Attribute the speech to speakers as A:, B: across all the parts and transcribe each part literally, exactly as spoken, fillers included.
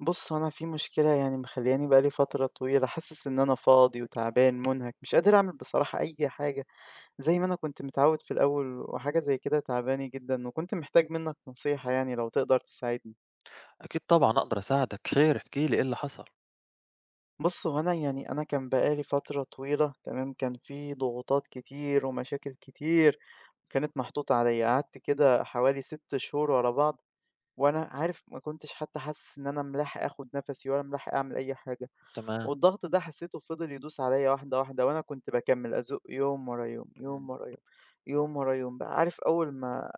A: بُص، هو أنا في مشكلة يعني مخلّياني بقى لي فترة طويلة حاسس إن أنا فاضي وتعبان مُنهَك، مش قادر أعمل بصراحة أي حاجة زي ما أنا كنت متعوّد في الأول، وحاجة زي كده تعباني جدًا، وكنت محتاج منّك نصيحة يعني لو تقدر تساعدني.
B: أكيد طبعًا أقدر أساعدك، خير احكِ لي إيه اللي حصل؟
A: بُص، هو أنا يعني أنا كان بقى لي فترة طويلة تمام، كان في ضغوطات كتير ومشاكل كتير كانت محطوطة عليّا، قعدت كده حوالي 6 شهور ورا بعض وأنا عارف ما كنتش حتى حاسس إن أنا ملاحق آخُد نَفَسي ولا ملاحق أعمل أي حاجة.
B: تمام.
A: والضغط ده حسيته فضل يدوس عليّا واحدة، واحدة، وأنا كنت باكمّل أزُق يوم ورا يوم،
B: إمم.
A: يوم ورا يوم، يوم ورا يوم بقى. عارف أول ما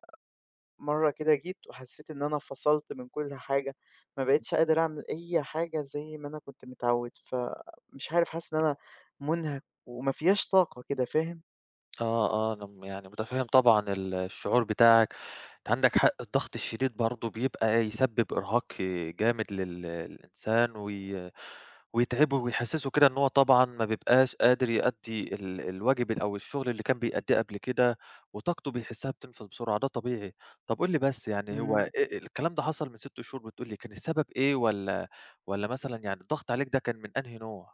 A: مرّة كده جيت وحسيت إن أنا فصلت من كل حاجة، ما
B: إمم.
A: بقيتش قادر أعمل أي حاجة زي ما أنا كنت متعوّد، فمش عارف، حاسس إن أنا مُنهَك وما فياش طاقة كده، فاهم؟
B: آه، آه، أنا م يعني متفهم طبعًا ال الشعور بتاعك. أنت عندك حق، الضغط الشديد برضه بيبقى يسبب إرهاق جامد لل للإنسان وي ويتعبه ويحسسه كده إن هو طبعًا ما بيبقاش قادر يأدي ال الواجب أو الشغل اللي كان بيأديه قبل كده، وطاقته بيحسها بتنفذ بسرعة. ده طبيعي. طب قُل لي بس، يعني هو أ
A: إمم.
B: الكلام ده حصل من ستة شهور بتقول لي، كان السبب إيه، والّا والّا مثلًا يعني الضغط عليك ده كان من أنهي نوع؟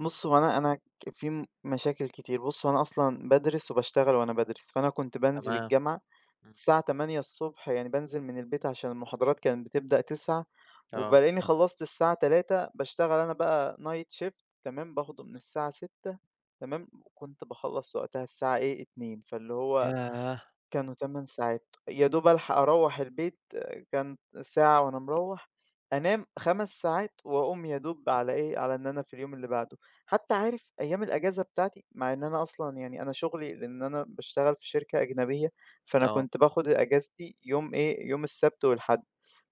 A: بُص، هو أنا أنا ك- في م مشاكل كتير. بُص، هو أنا أصلًا بادرس وباشتغل وأنا بادرس، فأنا كنت بانزل
B: تمام.
A: الجامعة
B: إمم.
A: الساعة تمانية يعني بانزل من البيت عشان المحاضرات كانت بتبدأ تسعة
B: آه.
A: وبالاقيني خلّصت الساعة تلاتة باشتغل أنا بقى night shift تمام، باخده من
B: إمم.
A: الساعة ستة تمام، وكنت باخلّص وقتها الساعة إيه، اتنين فاللي هو
B: ياه!
A: كانوا 8 ساعات، يا دوب ألحق أروّح البيت آه، كانت ساعة وأنا مروّح، أنام 5 ساعات وأقوم يا دوب على إيه، على إن أنا في اليوم اللي بعده، حتى عارف أيام الأجازة بتاعتي مع إن أنا أصلًا يعني أنا شغلي لإن أنا باشتغل في شركة أجنبية، فأنا
B: آه.
A: كنت باخد أجازتي يوم إيه، يوم السبت والحد،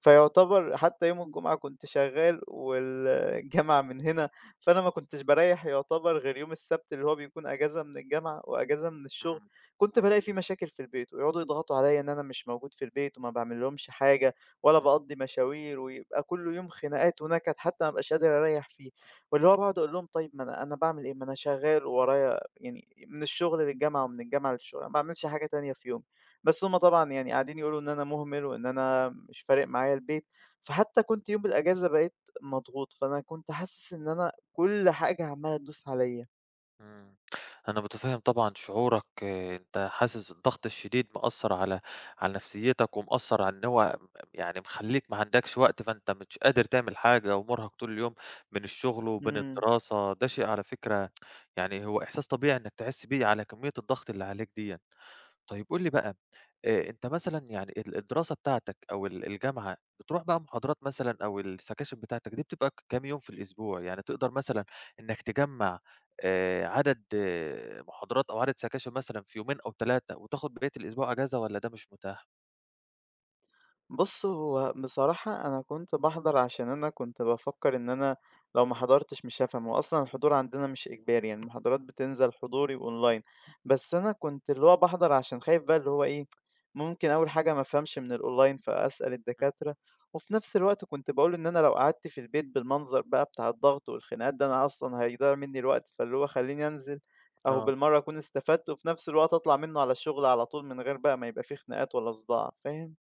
A: فيعتبر حتى يوم الجمعة كنت شغال والجامعة من هنا، فأنا ما كنتش باريّح يعتبر غير يوم السبت اللي هو بيكون أجازة من الجامعة وأجازة من الشغل.
B: إمم.
A: كنت بالاقي في مشاكل في البيت ويقعدوا يضغطوا عليّا إن أنا مش موجود في البيت وما باعملهمش حاجة ولا
B: إمم.
A: باقضّي مشاوير ويبقى كل يوم خناقات ونكد حتى ما ابقاش قادر أريّح فيه، واللي هو باقعد أقول لهم طيب ما أنا أنا باعمل إيه؟ ما أنا شغّال وورايا يعني من الشغل للجامعة ومن الجامعة للشغل، أنا ما باعملش حاجة تانية في يومي، بس هم طبعًا يعني قاعدين يقولوا إن أنا مهمل وإن أنا مش فارق معايا البيت، فحتى كنت يوم الأجازة بقيت مضغوط، فأنا كنت حاسس إن أنا كل حاجة عمّالة تدوس عليّا.
B: إمم. أنا متفهم طبعًا شعورك. آه، أنت حاسس الضغط الشديد مأثّر على على نفسيتك، ومأثّر على إن هو يعني مخلّيك ما عندكش وقت، فأنت مش قادر تعمل حاجة، ومُرهق طول اليوم بين الشغل وبين
A: إمم.
B: الدراسة. ده شيء على فكرة يعني هو إحساس طبيعي إنك تحس بيه على كمية الضغط اللي عليك ديّة. طيب قُل لي بقى، آآ أنت مثلًا يعني ال الدراسة بتاعتك أو ال الجامعة، بتروح بقى محاضرات مثلًا أو السكاشن بتاعتك دي بتبقى ك كام يوم في الأسبوع؟ يعني تقدر مثلًا إنّك تجمّع آآ عدد آه، محاضرات أو عدد سكاشن مثلًا في يومين أو تلاتة وتاخد بقية الأسبوع أجازة والّا ده مش متاح؟
A: بُص، هو بصراحة أنا كنت باحضر عشان أنا كنت بافكّر إن أنا لو ما حضرتش مش هافهم، وأصلًا الحضور عندنا مش إجباري، يعني المحاضرات بتنزل حضوري وأونلاين، بس أنا كنت اللي هو باحضر عشان خايف بقى اللي هو إيه، ممكن أول حاجة ما افهمش من الأونلاين فأسأل
B: إمم.
A: الدكاترة، وفي نفس الوقت كنت باقول إن أنا لو قعدت في البيت بالمنظر بقى بتاع الضغط والخناقات ده أنا أصلًا هيضيع مني الوقت، فاللي هو خلّيني أنزل أهو
B: آه.
A: بالمرّة أكون استفدت، وفي نفس الوقت أطلع منه على الشغل على طول من غير بقى ما يبقى في خناقات ولا صداع، فاهم؟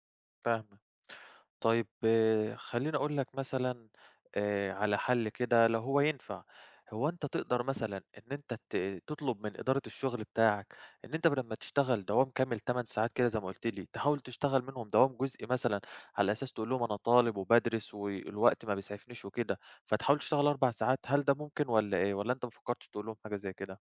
B: فاهمك. طيب، آه، خلّيني أقول لك مثلًا آآ على حَل كده لو هو ينفع. هو أنت تقدر مثلًا إن أنت ت تطلب من إدارة الشغل بتاعك إن أنت بدل ما تشتغل دوام كامل تمن ساعات كده زي ما قُلت لي، تحاول تشتغل منهم دوام جزئي مثلًا، على أساس تقول لهم أنا طالب وبادرس والوقت ما بيسعفنيش وكده، فتحاول تشتغل أربع ساعات. هل ده ممكن والّا إيه، والّا أنت ما فكّرتش تقول لهم حاجة زي كده؟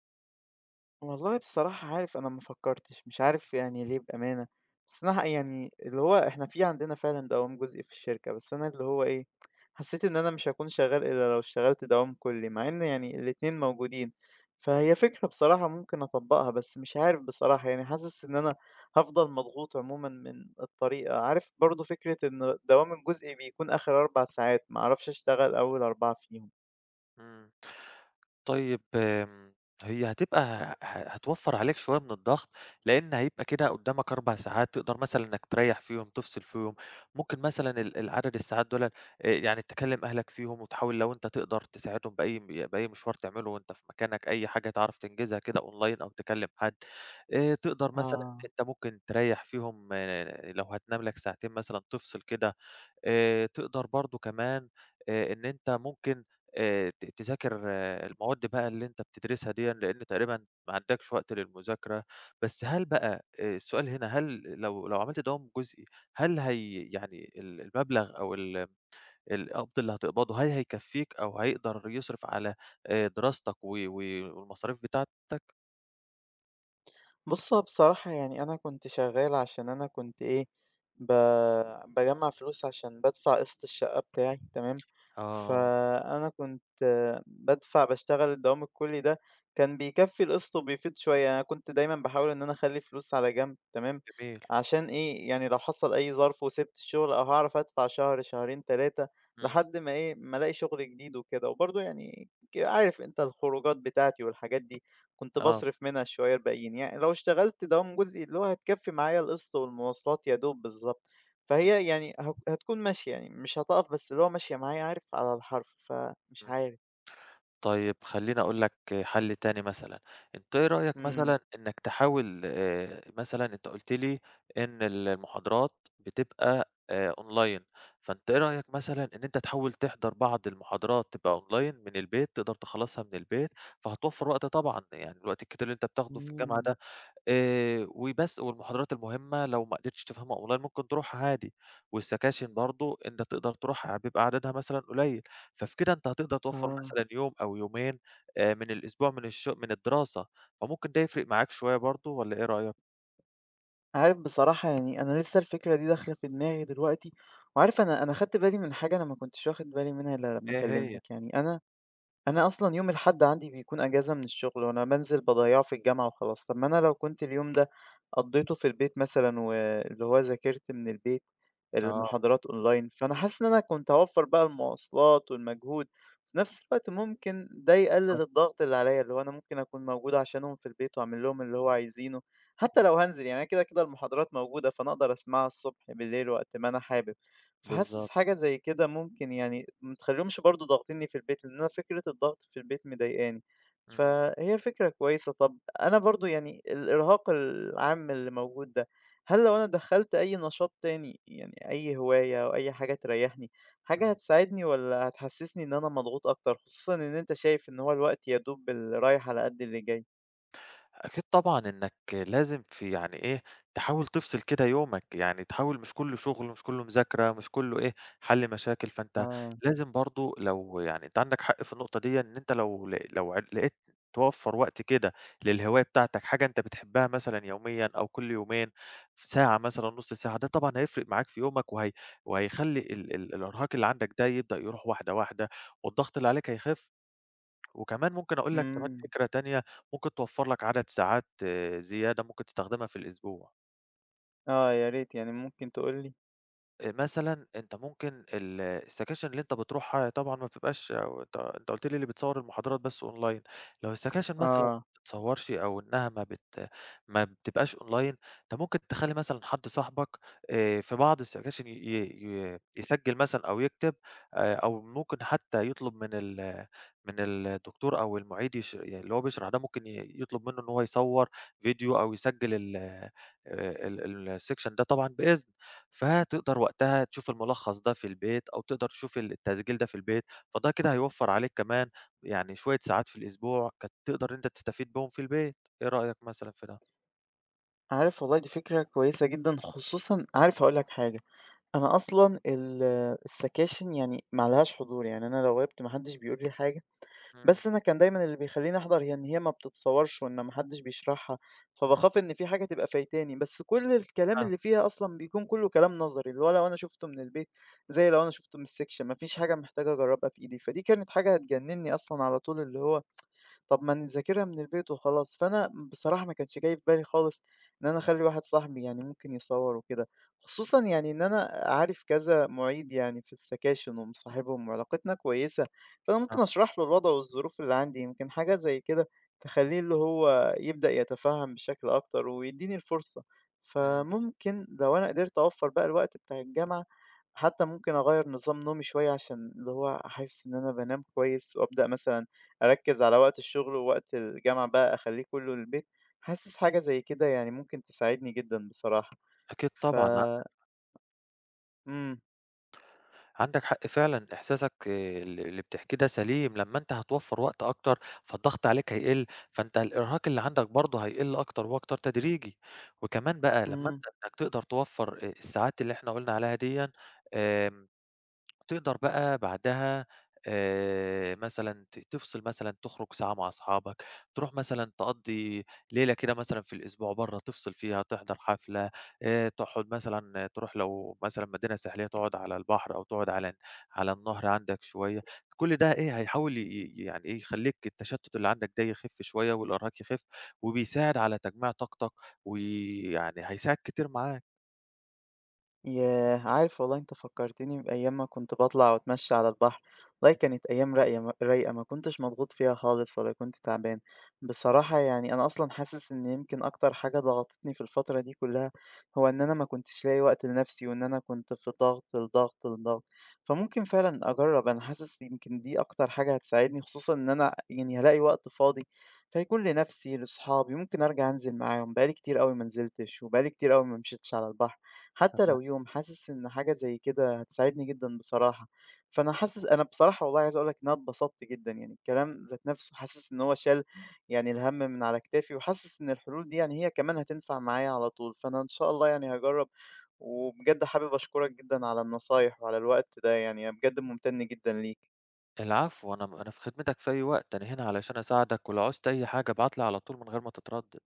A: والله بصراحة عارف أنا ما فكّرتش، مش عارف يعني ليه بأمانة، بس أنا ح يعني اللي هو إحنا في عندنا فعلًا دوام جزئي في الشركة، بس أنا اللي هو إيه، حسّيت إن أنا مش هاكون شغّال إلا لو اشتغلت دوام كُلّي، مع إن يعني الاتنين موجودين، فهي فكرة بصراحة ممكن أطبّقها، بس مش عارف بصراحة يعني حاسس إن أنا هافضل مضغوط عمومًا من الطريقة، عارف برضه فكرة إن الدوام الجزئي بيكون آخر 4 ساعات، ما أعرفش أشتغل أول 4 فيهم.
B: إمم. طيب، آمم، هي هتبقى ه هتوفّر عليك شوية من الضغط، لإن هيبقى كده قدّامك أربع ساعات تقدر مثلًا إنك تريّح فيهم، تفصل فيهم. ممكن مثلًا ال العدد الساعات دُولًا، آآ، يعني تكلّم أهلك فيهم وتحاول لو أنت تقدر تساعدهم بأي م بأي مشوار تعمله وأنت في مكانك، أي حاجة تعرف تنجزها كده أونلاين أو تكلّم حد. آآ، تقدر مثلًا
A: آه.
B: أنت ممكن تريّح فيهم، آه، لو هتنام لك ساعتين مثلًا تفصل كده. آآ تقدر برضه كمان، آآ إن أنت ممكن آآ ت تذاكر آه، المواد بقى اللي أنت بتدرسها ديًا، لإن تقريبًا ما عندكش وقت للمذاكرة. بس هل بقى، آآ السؤال هنا، هل لو لو عملت دوام جزئي، هل هي يعني ال المبلغ أو ال القبض اللي هتقبضه هل هيكفّيك أو هيقدر يصرف على آآ دراستك و و والمصاريف بتاعتك؟
A: بُص، هو بصراحة يعني أنا كنت شغّال عشان أنا كنت إيه، ب باجمّع فلوس عشان بادفع قسط الشقة بتاعي تمام،
B: آه،
A: فأنا كنت بادفع باشتغل الدوام الكلّي ده، كان بيكفّي القسط وبيفيض شوية، أنا كنت دايمًا باحاول إن أنا أخلّي فلوس على جنب تمام،
B: جميل.
A: عشان إيه، يعني لو حصل أي ظرف وسِبت الشغل أو هاعرف أدفع شهر، شهرين، تلاتة
B: إمم.
A: لحد ما إيه، ما ألاقي شغل جديد وكده، وبرضه يعني ك عارف أنت الخروجات بتاعتي والحاجات دي. كنت
B: آه.
A: باصرف منها شوية الباقيين، يعني لو اشتغلت دوام جزئي اللي هو هتكفي معايا القسط والمواصلات يا دوب بالضبط،
B: إمم.
A: فهي يعني هك هتكون ماشية يعني مش هتقف بس اللي هو ماشية معايا عارف على الحرف، فمش
B: إمم.
A: عارف.
B: طيب، خلّيني أقول لك حل تاني مثلًا. أنت إيه رأيك
A: إمم.
B: مثلًا إنك تحاول، آآ، مثلًا أنت قُلت لي إن ال المحاضرات بتبقى آآ، أونلاين، فأنت إيه رأيك مثلًا إن أنت تحاول تحضر بعض المحاضرات تبقى أونلاين من البيت، تقدر تخلّصها من البيت، فهتوفّر وقت طبعًا. يعني الوقت الكتير اللي أنت بتاخده في الجامعة
A: إمم،
B: ده، آآ وبس. والمحاضرات المهمة لو ما قدرتش تفهمها أونلاين ممكن تروحها عادي، والسكاشن برضه أنت تقدر تروحها، بيبقى عددها مثلًا قليل. ففي كده أنت هتقدر توفّر
A: آه.
B: مثلًا يوم أو يومين آآ من الأسبوع، من الش من الدراسة. فممكن ده يفرق معاك شوية برضه، والّا إيه رأيك؟
A: عارف بصراحة يعني أنا لسه الفكرة دي داخلة في دماغي دلوقتي، وعارف أنا أنا خدت بالي من حاجة أنا ما كنتش واخد بالي منها إلا لمّا
B: هي. هي.
A: كلمتك، يعني أنا أنا أصلًا يوم الحد عندي بيكون أجازة من الشغل، وأنا بانزل باضيّعه في الجامعة وخلاص. طب ما أنا لو كنت اليوم ده قضّيته في البيت مثلًا واللي هو ذاكرت من البيت
B: آه،
A: المحاضرات أونلاين، فأنا حاسس إن أنا كنت هاوفّر بقى المواصلات والمجهود، في نفس الوقت ممكن ده يقلل
B: بالضبط.
A: الضغط اللي عليّا، اللي هو أنا ممكن أكون موجود عشانهم في البيت وأعمل لهم اللي هو عايزينه، حتى
B: إمم.
A: لو هانزل يعني أنا كده، كده المحاضرات موجودة، فأنا أقدر أسمعها الصبح، بالليل، وقت ما أنا حابب.
B: بالضبط.
A: فحاسس حاجة زي كده ممكن يعني ما تخليهمش برضه ضاغطينّي في البيت، لأن أنا فكرة الضغط في البيت مضايقاني،
B: إمم.
A: فهي فكرة كويسة. طَب أنا برضه يعني الإرهاق العام اللي موجود ده، هل لو أنا دخّلت أي نشاط تاني، يعني أي هواية أو أي حاجة تريّحني، حاجة
B: إمم.
A: هتساعدني والّا هتحسّسني إن أنا مضغوط أكتر، خصوصًا إن أنت شايف إن هو الوقت يا دوب اللي رايح على قد اللي جاي؟
B: أكيد طبعًا إنك لازم في يعني إيه، تحاول تفصل كده يومك، يعني تحاول مش كُلّه شغل، مش كُلّه مذاكرة، مش كُلّه إيه، حَل مشاكل. فأنت
A: آه.
B: لازم برضه، لو يعني أنت عندك حق في النقطة ديًّا، إن أنت لو ل لو عل لقيت توفّر وقت كده للهواية بتاعتك، حاجة أنت بتحبها مثلًا يوميًا أو كل يومين، ساعة مثلًا، نُص ساعة، ده طبعًا هيفرق معاك في يومك، وهي وهيخلّي ال ال الإرهاق اللي عندك ده يبدأ يروح واحدة، واحدة، والضغط اللي عليك هيخِف. وكمان ممكن أقول لك كمان
A: إمم.
B: فكرة تانية، ممكن توفّر لك عدد ساعات آه، زيادة ممكن تستخدمها في الأسبوع.
A: آه، يا ريت يعني ممكن تقول لي؟
B: آآ مثلًا أنت ممكن ال السكاشن اللي أنت بتروحها هي طبعًا ما بتبقاش، أو أنت أنت قُلت لي اللي بتصوّر المحاضرات بس أونلاين. لو السكاشن مثلًا ما
A: آه.
B: بتتصوّرش، أو إنها ما بت ما بتبقاش أونلاين، أنت ممكن تخلّي مثلًا حد صاحبك، آآ في بعض السكاشن ي ي ي- يسجّل مثلًا أو يكتب، آآ أو ممكن حتى يطلب من ال من الدكتور أو المعيد، يش يعني اللي هو بيشرح ده ممكن ي يطلب منّه إن هو يصوّر فيديو أو يسجّل ال آآ ال الsection ده طبعًا بإذن. فتقدر وقتها تشوف الملخص ده في البيت، أو تقدر تشوف ال التسجيل ده في البيت. فده كده هيوفّر عليك كمان يعني شوية ساعات في الأسبوع كانت تقدر أنت تستفيد بيهم في البيت. إيه رأيك مثلًا في ده؟
A: عارف والله دي فكرة كويسة جدًا، خصوصًا عارف هاقول لك حاجة، أنا أصلًا ال السكاشن يعني ما عليهاش حضور، يعني أنا لو غِبت ما حدش بيقول لي حاجة،
B: إمم.
A: بس أنا كان دايمًا اللي بيخلّيني أحضر هي إن هي ما بتتصورش وإن ما حدش بيشرحها،
B: إمم.
A: فباخاف إن في حاجة تبقى فايتاني، بس كل الكلام
B: فاهمك.
A: اللي فيها أصلًا بيكون كُلّه كلام نظري، اللي هو لو أنا شُفته من البيت زي لو أنا شُفته من السكشن، ما فيش حاجة محتاج أجرّبها في إيدي، فدي كانت حاجة هتجنّني أصلًا على طول اللي هو طب ما نذاكرها من البيت وخلاص، فأنا بصراحة ما كانش جاي في بالي خالص إن أنا أخلّي واحد صاحبي يعني ممكن يصوّر وكده، خصوصًا يعني إن أنا عارف كذا مُعيد يعني في السكاشن ومصاحبهم وعلاقتنا كويسة، فأنا
B: آه.
A: ممكن أشرح له الوضع والظروف اللي عندي، يمكن حاجة زي كده
B: إمم.
A: تخلّيه اللي هو يبدأ يتفهّم بشكل أكتر ويدّيني الفرصة.
B: إمم.
A: فممكن لو أنا قدرت أوفّر بقى الوقت بتاع الجامعة، حتى ممكن أغيّر نظام نومي شوية عشان اللي هو أحس إن أنا بانام كويس وأبدأ مثلًا أركّز على وقت الشغل ووقت الجامعة بقى أخلّيه كلّه للبيت، حاسس حاجة زي كده يعني ممكن تساعدني جدًا بصراحة.
B: أكيد
A: ف
B: طبعًا ع
A: إمم،
B: عندك حق فعلًا، إحساسك ال اللي اللي بتحكيه ده سليم. لمّا أنت هتوفّر وقت أكتر فالضغط عليك هيقل، فأنت الإرهاق اللي عندك برضه هيقل أكتر وأكتر تدريجي. وكمان بقى لمّا
A: إمم.
B: أنت إنك تقدر توفّر آآ الساعات اللي إحنا قُلنا عليها ديًّا، آمم تقدر بقى بعدها، آآ، مثلًا ت تفصل، مثلًا تخرج ساعة مع أصحابك، تروح مثلًا تقضّي ليلة كده مثلًا في الأسبوع برّه تفصل فيها، تحضر حفلة، آآ، تقعد مثلًا تروح لو مثلًا مدينة ساحلية تقعد على البحر أو تقعد على على النهر عندك شوية. كل ده إيه هيحاول ي ي يعني إيه يخلّيك التشتت اللي عندك ده يخف شوية والإرهاق يخف، وبيساعد على تجميع طاقتك ويعني هيساعد كتير معاك.
A: ياه! عارف والله أنت فكّرتني بأيام ما كنت باطلع وأتمشّى على البحر، والله كانت أيام راقية م رايقة ما كنتش مضغوط فيها خالص ولا كنت تعبان. بصراحة يعني أنا أصلًا حاسس إن يمكن أكتر حاجة ضغطتني في الفترة دي كلّها، هو إن أنا ما كنتش لاقي وقت لنفسي وإن أنا كنت في ضغط، لضغط، لضغط. فممكن فعلًا أجرّب، أنا حاسس يمكن دي أكتر حاجة هتساعدني خصوصًا إن أنا يعني هالاقي وقت فاضي، فهيكون لنفسي، لصحابي، ممكن أرجع أنزل معاهم، بقى لي كتير أوي ما نزلتش وبقى لي كتير أوي ما مشيتش على البحر. حتى
B: تمام.
A: لو يوم، حاسس إن حاجة زي كده هتساعدني جدًا بصراحة. فأنا حاسس أنا بصراحة والله عايز أقول لك إن أنا اتبسطت جدًا، يعني الكلام ذات نفسه حاسس إن هو شال يعني الهَم من على كتافي، وحاسس إن الحلول دي يعني هي كمان هتنفع معايا على طول، فأنا إن شاء الله يعني هاجرّب، وبجد حابب أشكرك جدًا على النصايح وعلى الوقت ده، يعني أنا بجد ممتن جدًا ليك.
B: العفو، أنا م أنا في خدمتك في أي وقت، أنا هنا علشان أساعدك، ولو عُزت أي حاجة ابعت لي على طول من غير ما تتردد.